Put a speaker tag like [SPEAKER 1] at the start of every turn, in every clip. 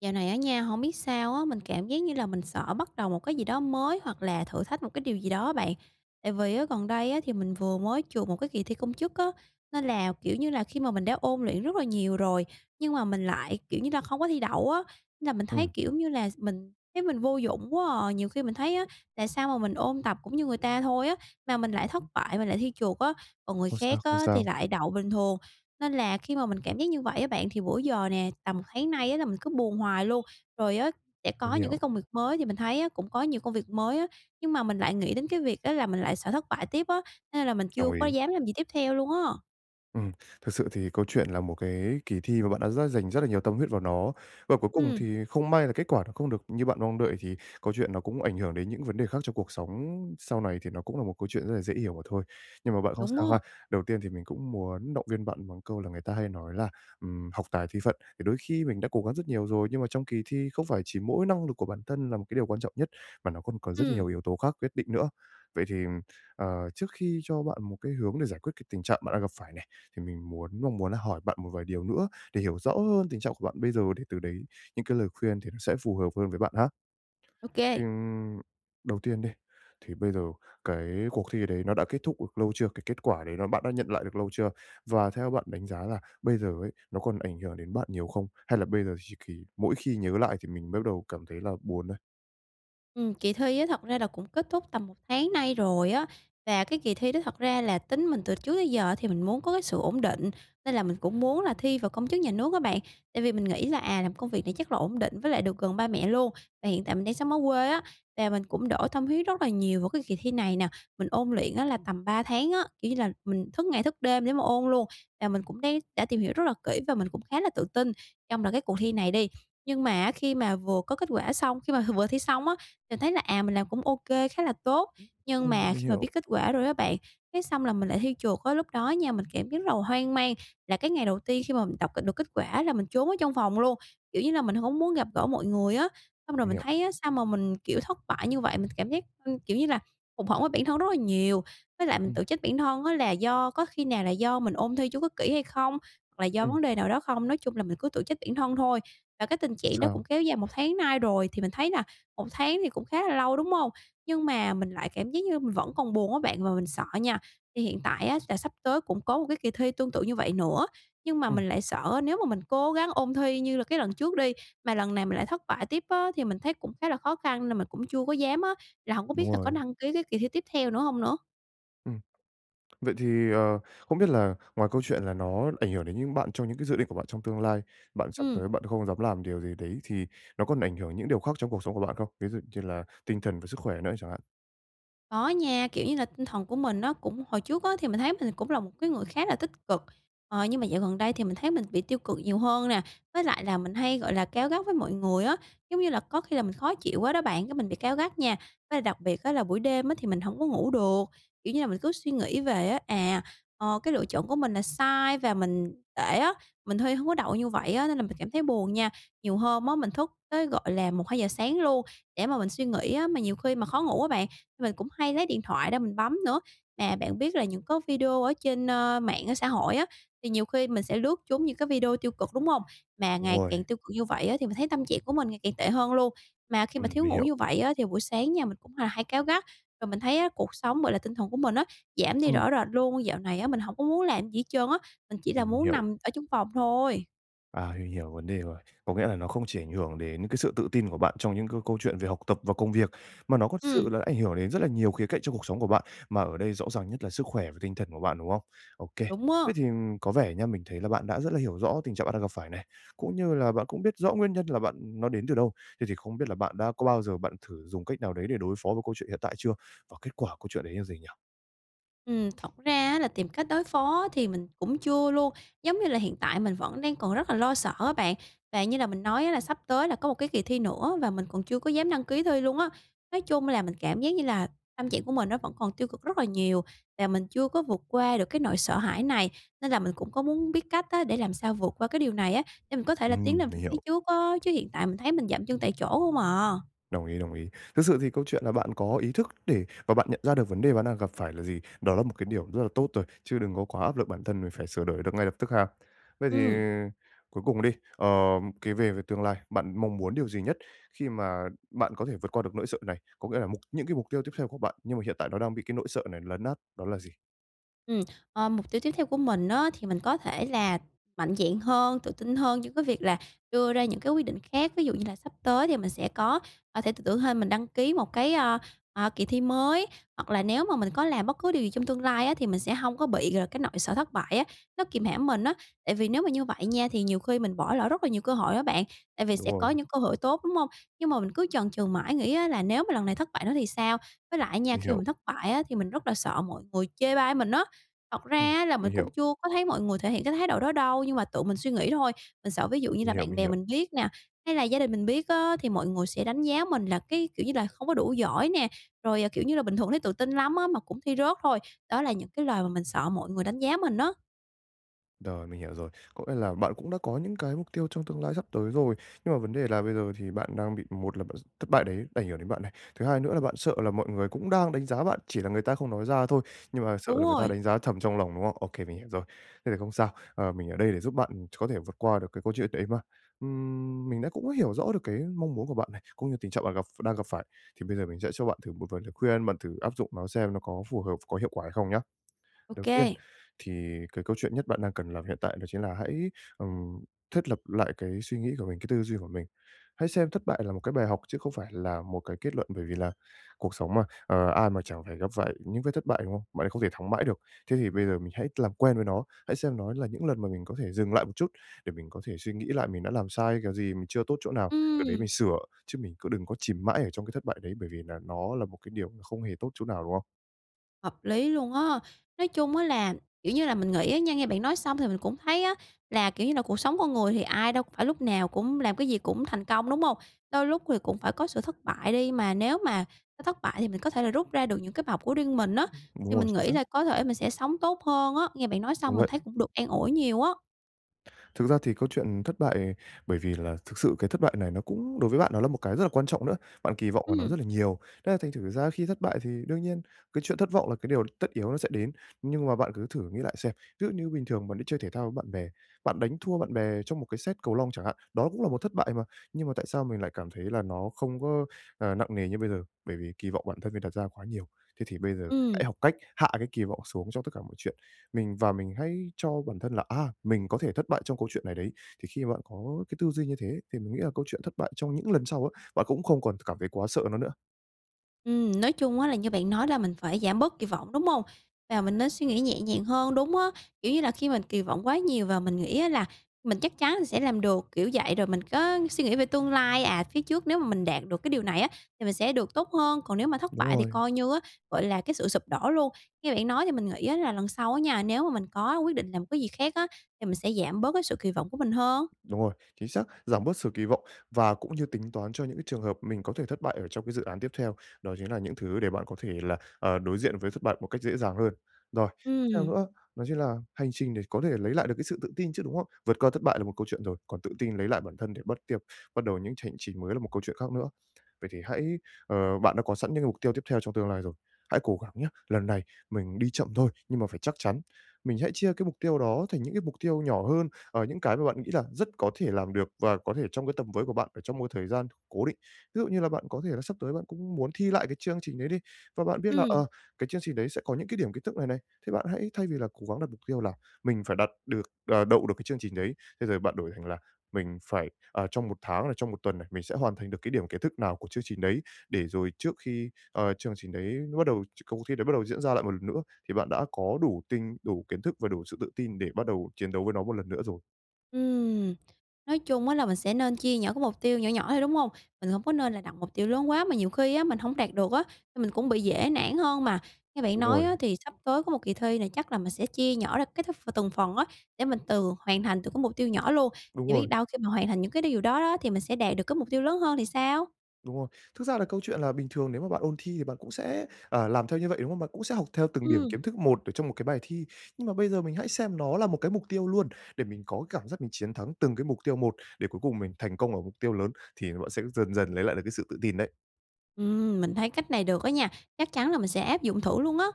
[SPEAKER 1] Dạo này ở nhà không biết sao á, mình cảm giác như là mình sợ bắt đầu một cái gì đó mới hoặc là thử thách một cái điều gì đó á bạn. Tại vì á, gần đây á, thì mình vừa mới chuột một cái kỳ thi công chức á, nên là, kiểu như là, khi mà mình đã ôn luyện rất là nhiều rồi, nhưng mà mình lại, kiểu như là, không có thi đậu á, nên là mình thấy,
[SPEAKER 2] Ừm,
[SPEAKER 1] kiểu như là, mình thấy mình vô dụng quá à. Nhiều khi mình thấy á, tại sao mà mình ôn tập cũng như người ta thôi á, mà mình lại thất bại, mình lại thi chuột á, còn người
[SPEAKER 2] không sao,
[SPEAKER 1] khác
[SPEAKER 2] không
[SPEAKER 1] á, thì
[SPEAKER 2] sao,
[SPEAKER 1] lại đậu bình thường. Nên là khi mà mình cảm giác như vậy á bạn, thì bữa giờ nè, tầm một tháng nay á là mình cứ buồn hoài luôn. Rồi á, sẽ
[SPEAKER 2] mình
[SPEAKER 1] có những cái
[SPEAKER 2] hiểu,
[SPEAKER 1] công việc mới thì mình thấy á, cũng có nhiều công việc mới á, nhưng mà mình lại nghĩ đến cái việc á là mình lại sợ thất bại tiếp á, nên là mình
[SPEAKER 2] đồng
[SPEAKER 1] chưa
[SPEAKER 2] ý.
[SPEAKER 1] có dám làm gì tiếp theo luôn á.
[SPEAKER 2] Ừm, Thực sự thì câu chuyện là một cái kỳ thi mà bạn đã dành rất là nhiều tâm huyết vào nó. Và cuối cùng
[SPEAKER 1] Ừm,
[SPEAKER 2] thì không may là kết quả nó không được như bạn mong đợi thì câu chuyện nó cũng ảnh hưởng đến những vấn đề khác trong cuộc sống sau này thì nó cũng là một câu chuyện rất là dễ hiểu mà thôi. Nhưng mà bạn không
[SPEAKER 1] đúng á,
[SPEAKER 2] sao ha. Đầu tiên thì mình cũng muốn động viên bạn bằng câu là người ta hay nói là, "Học tài thi phận." Thì đôi khi mình đã cố gắng rất nhiều rồi, nhưng mà trong kỳ thi không phải chỉ mỗi năng lực của bản thân là một cái điều quan trọng nhất, mà nó còn còn rất
[SPEAKER 1] ừ,
[SPEAKER 2] nhiều yếu tố khác quyết định nữa. Vậy thì, trước khi cho bạn một cái hướng để giải quyết cái tình trạng bạn đang gặp phải này thì mình mong muốn là hỏi bạn một vài điều nữa để hiểu rõ hơn tình trạng của bạn bây giờ để từ đấy những cái lời khuyên thì nó sẽ phù hợp hơn với bạn ha.
[SPEAKER 1] ok.
[SPEAKER 2] Thì, đầu tiên đi, thì bây giờ cái cuộc thi đấy nó đã kết thúc được lâu chưa? Cái kết quả đấy nó bạn đã nhận lại được lâu chưa? Và theo bạn đánh giá là bây giờ ấy, nó còn ảnh hưởng đến bạn nhiều không? Hay là bây giờ chỉ kỳ mỗi khi nhớ lại thì mình bắt đầu cảm thấy là buồn thôi?
[SPEAKER 1] Kỳ thi á thật ra là cũng kết thúc tầm một tháng nay rồi á, và cái kỳ thi đó thật ra là tính mình từ trước tới giờ thì mình muốn có cái sự ổn định, nên là mình cũng muốn là thi vào công chức nhà nước các bạn. Tại vì mình nghĩ là, làm công việc này chắc là ổn định với lại được gần ba mẹ luôn. Và hiện tại mình đang sống ở quê á, và mình cũng đổ tâm huyết rất là nhiều vào cái kỳ thi này nè. Mình ôn luyện á là tầm 3 tháng á, kiểu như là, mình thức ngày thức đêm để mà ôn luôn, và mình cũng đang đã tìm hiểu rất là kỹ và mình cũng khá là tự tin trong là cái cuộc thi này đi. Nhưng mà khi mà vừa có kết quả xong khi mà vừa thi xong á, mình thấy là, mình làm cũng ok khá là tốt, nhưng mà
[SPEAKER 2] Mình
[SPEAKER 1] khi mà
[SPEAKER 2] hiểu.
[SPEAKER 1] biết kết quả rồi đó bạn, cái xong là mình lại thi trượt á. Lúc đó nha, mình cảm thấy rất là hoang mang, là cái ngày đầu tiên khi mà mình đọc được kết quả là mình trốn ở trong phòng luôn, kiểu như là, mình không muốn gặp gỡ mọi người á. Xong rồi
[SPEAKER 2] Mình
[SPEAKER 1] mình
[SPEAKER 2] hiểu.
[SPEAKER 1] thấy á, sao mà mình, kiểu, thất bại như vậy, mình cảm giác, kiểu như là, hụt hẫng với bản thân rất là nhiều. Với lại mình
[SPEAKER 2] Ừm.
[SPEAKER 1] tự trách bản thân á là do có khi nào là do mình ôn thi chưa có kỹ hay không, hoặc là do
[SPEAKER 2] Ừm,
[SPEAKER 1] vấn đề nào đó không? Nói chung là mình cứ tự trách bản thân thôi. Và cái tình trạng đó cũng
[SPEAKER 2] Sao?
[SPEAKER 1] kéo dài một tháng nay rồi, thì mình thấy là một tháng thì cũng khá là lâu, đúng không? Nhưng mà mình lại cảm giác như mình vẫn còn buồn á bạn, và mình sợ nha, thì hiện tại á là sắp tới cũng có một cái kỳ thi tương tự như vậy nữa, nhưng mà
[SPEAKER 2] Ừm,
[SPEAKER 1] mình lại sợ nếu mà mình cố gắng ôn thi như là cái lần trước đi, mà lần này mình lại thất bại tiếp á, thì mình thấy cũng khá là khó khăn nên mình cũng chưa có dám á, là không có
[SPEAKER 2] đúng
[SPEAKER 1] biết là
[SPEAKER 2] rồi.
[SPEAKER 1] có đăng ký cái kỳ thi tiếp theo nữa không nữa?
[SPEAKER 2] Ừm. Vậy thì, không biết là ngoài câu chuyện là nó ảnh hưởng đến những bạn trong những cái dự định của bạn trong tương lai, bạn sắp
[SPEAKER 1] Ừm.
[SPEAKER 2] tới bạn không dám làm điều gì đấy thì nó còn ảnh hưởng những điều khác trong cuộc sống của bạn không? Ví dụ như là tinh thần và sức khỏe nữa chẳng hạn?
[SPEAKER 1] Có nha, kiểu như là, tinh thần của mình nó cũng hồi trước á thì mình thấy mình cũng là một cái người khá là tích cực, nhưng mà dạo gần đây thì mình thấy mình bị tiêu cực nhiều hơn nè. Với lại là mình hay, gọi là, cáu gắt với mọi người á, giống như là có khi là mình khó chịu quá đó bạn, cái mình bị cáu gắt nha. Với lại đặc biệt á là buổi đêm á thì mình không có ngủ được, kiểu như là, mình cứ suy nghĩ về á, cái lựa chọn của mình là sai và mình để á, mình thuê hông có đậu như vậy á, nên là mình cảm thấy buồn nha. Nhiều hôm á mình thức tới, gọi là, 1, 2 giờ sáng luôn để mà mình suy nghĩ á, mà nhiều khi mà khó ngủ á bạn, mình cũng hay lấy điện thoại ra mình bấm nữa. Mà bạn biết là những có video ở trên, mạng ở xã hội á, thì nhiều khi mình sẽ lướt trúng những cái video tiêu cực, đúng không? Mà
[SPEAKER 2] Đúng
[SPEAKER 1] ngày
[SPEAKER 2] rồi,
[SPEAKER 1] càng tiêu cực như vậy á, thì mình thấy tâm trạng của mình ngày càng tệ hơn luôn. Mà khi mà thiếu
[SPEAKER 2] mình
[SPEAKER 1] ngủ
[SPEAKER 2] hiểu.
[SPEAKER 1] như vậy á, thì buổi sáng nha, mình cũng là hay cáu gắt, rồi mình thấy á, cuộc sống, gọi là, tinh thần của mình á, giảm đi
[SPEAKER 2] Ừm.
[SPEAKER 1] rõ rệt luôn. Dạo này á, mình không có muốn làm gì hết trơn á, mình chỉ là
[SPEAKER 2] Mình
[SPEAKER 1] muốn
[SPEAKER 2] hiểu.
[SPEAKER 1] nằm ở trong phòng thôi.
[SPEAKER 2] À, mình hiểu vấn đề rồi. Có nghĩa là nó không chỉ ảnh hưởng đến cái sự tự tin của bạn trong những cái câu chuyện về học tập và công việc, mà nó có sự
[SPEAKER 1] Ừm,
[SPEAKER 2] là ảnh hưởng đến rất là nhiều khía cạnh trong cuộc sống của bạn, mà ở đây rõ ràng nhất là sức khỏe và tinh thần của bạn, đúng không? OK.
[SPEAKER 1] đúng á.
[SPEAKER 2] Thế thì có vẻ nha, mình thấy là bạn đã rất là hiểu rõ tình trạng bạn đang gặp phải này, cũng như là bạn cũng biết rõ nguyên nhân là nó đến từ đâu. Thế thì không biết là bạn đã có bao giờ bạn thử dùng cách nào đấy để đối phó với câu chuyện hiện tại chưa? Và kết quả câu chuyện đấy là gì nhỉ?
[SPEAKER 1] Thật ra á là tìm cách đối phó thì mình cũng chưa luôn. Giống như là hiện tại mình vẫn đang còn rất là lo sợ á bạn. Và như là mình nói á là sắp tới là có một cái kỳ thi nữa và mình còn chưa có dám đăng ký thi luôn á. Nói chung là mình cảm giác như là tâm trạng của mình nó vẫn còn tiêu cực rất là nhiều và mình chưa có vượt qua được cái nỗi sợ hãi này, nên là mình cũng có muốn biết cách á để làm sao vượt qua cái điều này á, để mình có thể là tiến lên về
[SPEAKER 2] Mình
[SPEAKER 1] phía
[SPEAKER 2] hiểu.
[SPEAKER 1] trước á, chứ hiện tại mình thấy mình dậm chân tại chỗ không à.
[SPEAKER 2] Đồng ý, đồng ý. Thực sự thì câu chuyện là bạn có ý thức và bạn nhận ra được vấn đề bạn đang gặp phải là gì, đó là một cái điều rất là tốt rồi, chứ đừng có quá áp lực bản thân mình phải sửa đổi được ngay lập tức ha. Vậy thì
[SPEAKER 1] Ừm.
[SPEAKER 2] cuối cùng đi, ờ, về về tương lai, bạn mong muốn điều gì nhất khi mà bạn có thể vượt qua được nỗi sợ này? Có nghĩa là những cái mục tiêu tiếp theo của bạn, nhưng mà hiện tại nó đang bị cái nỗi sợ này lấn át, đó là gì?
[SPEAKER 1] Ừm, mục tiêu tiếp theo của mình đó thì mình có thể là mạnh dạn hơn, tự tin hơn trong cái việc là đưa ra những cái quyết định khác. Ví dụ như là sắp tới thì mình sẽ có thể tự tưởng hơn mình đăng ký một cái, kỳ thi mới, hoặc là nếu mà mình có làm bất cứ điều gì trong tương lai á, thì mình sẽ không có bị, gọi cái nỗi sợ thất bại á, nó kìm hãm mình á. Tại vì nếu mà như vậy nha, thì nhiều khi mình bỏ lỡ rất là nhiều cơ hội đó bạn, tại vì
[SPEAKER 2] Đúng
[SPEAKER 1] sẽ
[SPEAKER 2] rồi,
[SPEAKER 1] có những cơ hội tốt, đúng không? Nhưng mà mình cứ chần chừ mãi nghĩ á, là nếu mà lần này thất bại nữa thì sao? Với lại nha,
[SPEAKER 2] mình
[SPEAKER 1] khi mà
[SPEAKER 2] hiểu.
[SPEAKER 1] mình thất bại á, thì mình rất là sợ mọi người chê bai mình á. Thật ra
[SPEAKER 2] Ừm.
[SPEAKER 1] á là
[SPEAKER 2] Mình
[SPEAKER 1] mình cũng
[SPEAKER 2] hiểu,
[SPEAKER 1] chưa có thấy mọi người thể hiện cái thái độ đó đâu, nhưng mà tự mình suy nghĩ thôi. Mình sợ ví dụ như
[SPEAKER 2] mình
[SPEAKER 1] là
[SPEAKER 2] hiểu,
[SPEAKER 1] bạn
[SPEAKER 2] mình
[SPEAKER 1] bè
[SPEAKER 2] hiểu.
[SPEAKER 1] mình biết nè, hay là gia đình mình biết á, thì mọi người sẽ đánh giá mình là cái, kiểu như là, không có đủ giỏi nè, rồi, kiểu như là, bình thường thấy tự tin lắm á, mà cũng thi rớt thôi. Đó là những cái lời mà mình sợ mọi người đánh giá mình đó.
[SPEAKER 2] Rồi, mình hiểu rồi. Có nghĩa là bạn cũng đã có những cái mục tiêu trong tương lai sắp tới rồi, nhưng mà vấn đề là bây giờ thì bạn đang bị một là bạn thất bại đấy ảnh hưởng đến bạn này, thứ hai nữa là bạn sợ là mọi người cũng đang đánh giá bạn, chỉ là người ta không nói ra thôi, nhưng mà sợ
[SPEAKER 1] Đúng
[SPEAKER 2] là người ta
[SPEAKER 1] rồi,
[SPEAKER 2] đánh giá thầm trong lòng, đúng không? OK, mình hiểu rồi. Thế thì không sao, mình ở đây để giúp bạn có thể vượt qua được cái câu chuyện đấy mà. Mình đã cũng hiểu rõ được cái mong muốn của bạn này, cũng như tình trạng bạn đang gặp phải, thì bây giờ mình sẽ cho bạn thử một vài lời khuyên, bạn thử áp dụng nó xem nó có phù hợp, có hiệu quả hay không nhá. Đầu
[SPEAKER 1] ok.
[SPEAKER 2] tiên thì cái câu chuyện nhất bạn đang cần làm hiện tại đó chính là hãy, ừm, thiết lập lại cái suy nghĩ của mình, cái tư duy của mình. Hãy xem thất bại là một cái bài học chứ không phải là một cái kết luận, bởi vì là cuộc sống mà, ai mà chẳng phải gặp phải những cái thất bại, đúng không? Bạn không thể thắng mãi được. Thế thì bây giờ mình hãy làm quen với nó, hãy xem nó là những lần mà mình có thể dừng lại một chút để mình có thể suy nghĩ lại mình đã làm sai cái gì, mình chưa tốt chỗ nào, từ đấy mình
[SPEAKER 1] Ừm.
[SPEAKER 2] sửa, chứ mình cứ đừng có chìm mãi ở trong cái thất bại đấy, bởi vì là nó là một cái điều không hề tốt chỗ nào, đúng không?
[SPEAKER 1] Hợp lý luôn á. Nói chung á là, kiểu như là, mình nghĩ á nha, nghe bạn nói xong thì mình cũng thấy á là, kiểu như là, cuộc sống con người thì ai đâu phải lúc nào cũng làm cái gì cũng thành công, đúng không? Đôi lúc thì cũng phải có sự thất bại đi, mà nếu mà nó thất bại thì mình có thể là rút ra được những cái bài học của riêng mình á,
[SPEAKER 2] Đúng
[SPEAKER 1] thì
[SPEAKER 2] rồi,
[SPEAKER 1] mình
[SPEAKER 2] chính
[SPEAKER 1] nghĩ
[SPEAKER 2] xác,
[SPEAKER 1] là có thể mình sẽ sống tốt hơn á. Nghe bạn nói
[SPEAKER 2] đúng
[SPEAKER 1] xong mình
[SPEAKER 2] vậy.
[SPEAKER 1] thấy cũng được an ủi nhiều á.
[SPEAKER 2] Thực ra thì câu chuyện thất bại bởi vì là thực sự cái thất bại này nó cũng đối với bạn nó là một cái rất là quan trọng nữa, bạn kỳ vọng vào nó
[SPEAKER 1] Ừm,
[SPEAKER 2] rất là nhiều, nên là thành thử ra khi thất bại thì đương nhiên cái chuyện thất vọng là cái điều tất yếu nó sẽ đến. Nhưng mà bạn cứ thử nghĩ lại xem, ví dụ như bình thường bạn đi chơi thể thao với bạn bè, bạn đánh thua bạn bè trong một cái set cầu lông chẳng hạn, đó cũng là một thất bại mà, nhưng mà tại sao mình lại cảm thấy là nó không có, nặng nề như bây giờ? Bởi vì kỳ vọng bản thân mình đặt ra quá nhiều. Thế thì bây giờ hãy
[SPEAKER 1] ừm.
[SPEAKER 2] học cách hạ cái kỳ vọng xuống trong tất cả mọi chuyện. Mình hãy cho bản thân là, à, mình có thể thất bại trong câu chuyện này đấy. Thì khi mà bạn có cái tư duy như thế thì mình nghĩ là câu chuyện thất bại trong những lần sau á, bạn cũng không còn cảm thấy quá sợ nó nữa.
[SPEAKER 1] Nói chung á là như bạn nói là mình phải giảm bớt kỳ vọng, đúng không? Và mình nên suy nghĩ nhẹ nhàng hơn, đúng á, kiểu như là, khi mình kỳ vọng quá nhiều và mình nghĩ á là mình chắc chắn là sẽ làm được, kiểu vậy, rồi mình có suy nghĩ về tương lai, phía trước nếu mà mình đạt được cái điều này á thì mình sẽ được tốt hơn, còn nếu mà thất
[SPEAKER 2] Đúng
[SPEAKER 1] bại thì
[SPEAKER 2] rồi.
[SPEAKER 1] coi như á, gọi là, cái sự sụp đổ luôn. Nghe bạn nói thì mình nghĩ á là lần sau á nha, nếu mà mình có quyết định làm cái gì khác á thì mình sẽ giảm bớt cái sự kỳ vọng của mình hơn.
[SPEAKER 2] Đúng rồi, chính xác, giảm bớt sự kỳ vọng và cũng như tính toán cho những cái trường hợp mình có thể thất bại ở trong cái dự án tiếp theo. Đó chính là những thứ để bạn có thể là, đối diện với thất bại một cách dễ dàng hơn. Rồi, tiếp theo
[SPEAKER 1] Ừm,
[SPEAKER 2] nữa đó chính là hành trình để có thể lấy lại được cái sự tự tin chứ, đúng không? Vượt qua thất bại là một câu chuyện rồi, còn tự tin lấy lại bản thân để bắt đầu những hành trình mới là một câu chuyện khác nữa. Vậy thì hãy, bạn đã có sẵn những mục tiêu tiếp theo trong tương lai rồi, hãy cố gắng nhé lần này mình đi chậm thôi nhưng mà phải chắc chắn. Mình hãy chia cái mục tiêu đó thành những cái mục tiêu nhỏ hơn, những cái mà bạn nghĩ là rất có thể làm được và có thể trong cái tầm với của bạn ở trong một thời gian cố định. Ví dụ như là bạn có thể là sắp tới bạn cũng muốn thi lại cái chương trình đấy đi và bạn biết là,
[SPEAKER 1] ừm.
[SPEAKER 2] cái chương trình đấy sẽ có những cái điểm kiến thức này này, thế bạn hãy thay vì là cố gắng đặt mục tiêu là mình phải đậu được cái chương trình đấy, thế rồi bạn đổi thành là mình phải, trong một tháng này, trong một tuần này, mình sẽ hoàn thành được cái điểm kiến thức nào của chương trình đấy, để rồi trước khi, chương trình đấy nó bắt đầu cuộc thi đấy bắt đầu diễn ra lại một lần nữa thì bạn đã có đủ kiến thức và đủ sự tự tin để bắt đầu chiến đấu với nó một lần nữa rồi.
[SPEAKER 1] Ừm, nói chung á là mình sẽ nên chia nhỏ cái mục tiêu nhỏ nhỏ thôi, đúng không? Mình không có nên là đặt mục tiêu lớn quá mà nhiều khi á mình không đạt được á, thì mình cũng bị dễ nản hơn mà. Nghe bạn
[SPEAKER 2] Đúng
[SPEAKER 1] nói
[SPEAKER 2] rồi,
[SPEAKER 1] á thì sắp tới có một kỳ thi này chắc là mình sẽ chia nhỏ ra cái th từng phần á, để mình từ hoàn thành từ cái mục tiêu nhỏ luôn,
[SPEAKER 2] đúng
[SPEAKER 1] thì biết
[SPEAKER 2] rồi,
[SPEAKER 1] đâu khi mà hoàn thành những cái điều đó đó thì mình sẽ đạt được cái mục tiêu lớn hơn thì sao?
[SPEAKER 2] đúng rồi. Thực ra là câu chuyện là bình thường nếu mà bạn ôn thi thì bạn cũng sẽ, làm theo như vậy, đúng không? Bạn cũng sẽ học theo từng điểm
[SPEAKER 1] Ừm,
[SPEAKER 2] kiến thức một ở trong một cái bài thi. Nhưng mà bây giờ mình hãy xem nó là một cái mục tiêu luôn, để mình có cái cảm giác mình chiến thắng từng cái mục tiêu một, để cuối cùng mình thành công ở mục tiêu lớn thì bạn sẽ dần dần lấy lại được cái sự tự tin đấy.
[SPEAKER 1] mình thấy cách này được á nha, chắc chắn là mình sẽ áp dụng thử luôn á.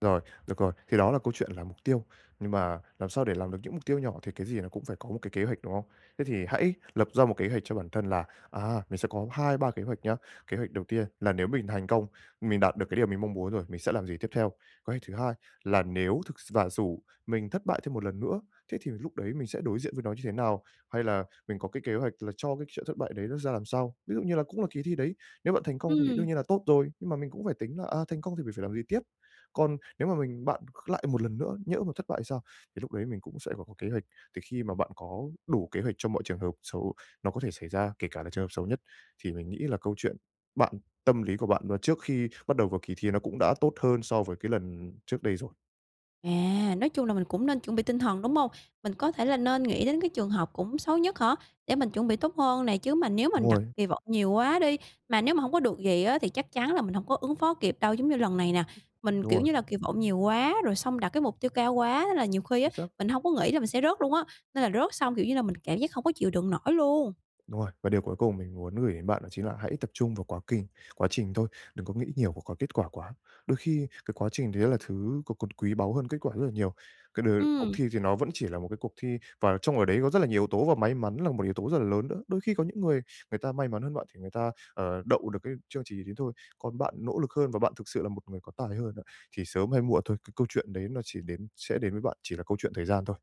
[SPEAKER 2] Rồi, được rồi. Thì đó là câu chuyện là mục tiêu, nhưng mà làm sao để làm được những mục tiêu nhỏ thì cái gì nó cũng phải có một cái kế hoạch, đúng không? Thế thì hãy lập ra một kế hoạch cho bản thân là, à, mình sẽ có 2 3 kế hoạch nhá. Kế hoạch đầu tiên là nếu mình thành công, mình đạt được cái điều mình mong muốn rồi, mình sẽ làm gì tiếp theo. Kế hoạch thứ hai là nếu thực s và dù mình thất bại thêm một lần nữa, thế thì lúc đấy mình sẽ đối diện với nó như thế nào? Hay là mình có cái kế hoạch là cho cái chuyện thất bại đấy nó ra làm sao? Ví dụ như là cũng là kỳ thi đấy, nếu bạn thành công thì đương
[SPEAKER 1] Ừm.
[SPEAKER 2] nhiên là tốt rồi, nhưng mà mình cũng phải tính là, à, thành công thì mình phải làm gì tiếp. Còn nếu mà bạn lại một lần nữa nhỡ mà thất bại sao? Thì lúc đấy mình cũng sẽ phải có kế hoạch, thì khi mà bạn có đủ kế hoạch cho mọi trường hợp xấu nó có thể xảy ra, kể cả là trường hợp xấu nhất, thì mình nghĩ là câu chuyện bạn tâm lý của bạn và trước khi bắt đầu vào kỳ thi nó cũng đã tốt hơn so với cái lần trước đây rồi.
[SPEAKER 1] À, nói chung là mình cũng nên chuẩn bị tinh thần, đúng không? Mình có thể là nên nghĩ đến cái trường hợp cũng xấu nhất hả? Để mình chuẩn bị tốt hơn này chứ mà nếu
[SPEAKER 2] Đúng
[SPEAKER 1] mình đặt
[SPEAKER 2] rồi,
[SPEAKER 1] kỳ vọng nhiều quá đi, mà nếu mà không có được gì á thì chắc chắn là mình không có ứng phó kịp đâu. Giống như lần này nè, mình,
[SPEAKER 2] đúng
[SPEAKER 1] kiểu
[SPEAKER 2] rồi,
[SPEAKER 1] như là, kỳ vọng nhiều quá, rồi xong đặt cái mục tiêu cao quá, thế là nhiều khi
[SPEAKER 2] chính
[SPEAKER 1] á,
[SPEAKER 2] xác.
[SPEAKER 1] mình không có nghĩ là mình sẽ rớt luôn á, nên là rớt xong, kiểu như là, mình cảm giác không có chịu đựng nổi luôn.
[SPEAKER 2] Đúng rồi, và điều cuối cùng mình muốn gửi đến bạn đó chính là hãy tập trung vào quá trình thôi, đừng có nghĩ nhiều vào cái kết quả quá. Đôi khi cái quá trình đấy là thứ còn quý báu hơn kết quả rất là nhiều. Cái đ Cuộc
[SPEAKER 1] Ừm.
[SPEAKER 2] thi thì nó vẫn chỉ là một cái cuộc thi và trong ở đấy có rất là nhiều yếu tố và may mắn là một yếu tố rất là lớn nữa. Đôi khi có những người người ta may mắn hơn bạn thì người ta, đậu được cái chương trình đấy thôi, còn bạn nỗ lực hơn và bạn thực sự là một người có tài hơn á, thì sớm hay muộn thôi, cái câu chuyện đấy nó chỉ đến sẽ đến với bạn, chỉ là câu chuyện thời gian thôi.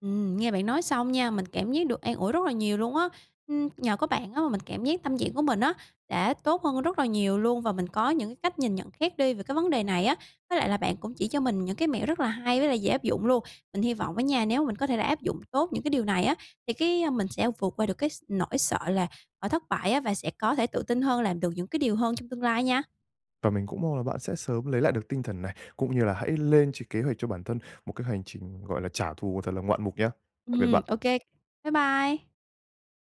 [SPEAKER 1] Nghe bạn nói xong nha, mình cảm giác được an ủi rất là nhiều luôn á. Nhờ có bạn á mà mình cảm giác tâm trạng của mình á đã tốt hơn rất là nhiều luôn và mình có những cái cách nhìn nhận khác đi về cái vấn đề này á. Với lại là bạn cũng chỉ cho mình những cái mẹo rất là hay với lại dễ áp dụng luôn. Mình hy vọng á nha, nếu mình có thể là áp dụng tốt những cái điều này á, thì cái, mình sẽ vượt qua được cái nỗi sợ là, ở thất bại á và sẽ có thể tự tin hơn làm được những cái điều hơn trong tương lai nha.
[SPEAKER 2] Và mình cũng mong là bạn sẽ sớm lấy lại được tinh thần này, cũng như là hãy lên kế hoạch cho bản thân một cái hành trình, gọi là, trả thù thật là ngoạn mục nhá. Tạm biệt
[SPEAKER 1] Ừ,
[SPEAKER 2] bạn.
[SPEAKER 1] ok. Bye bye.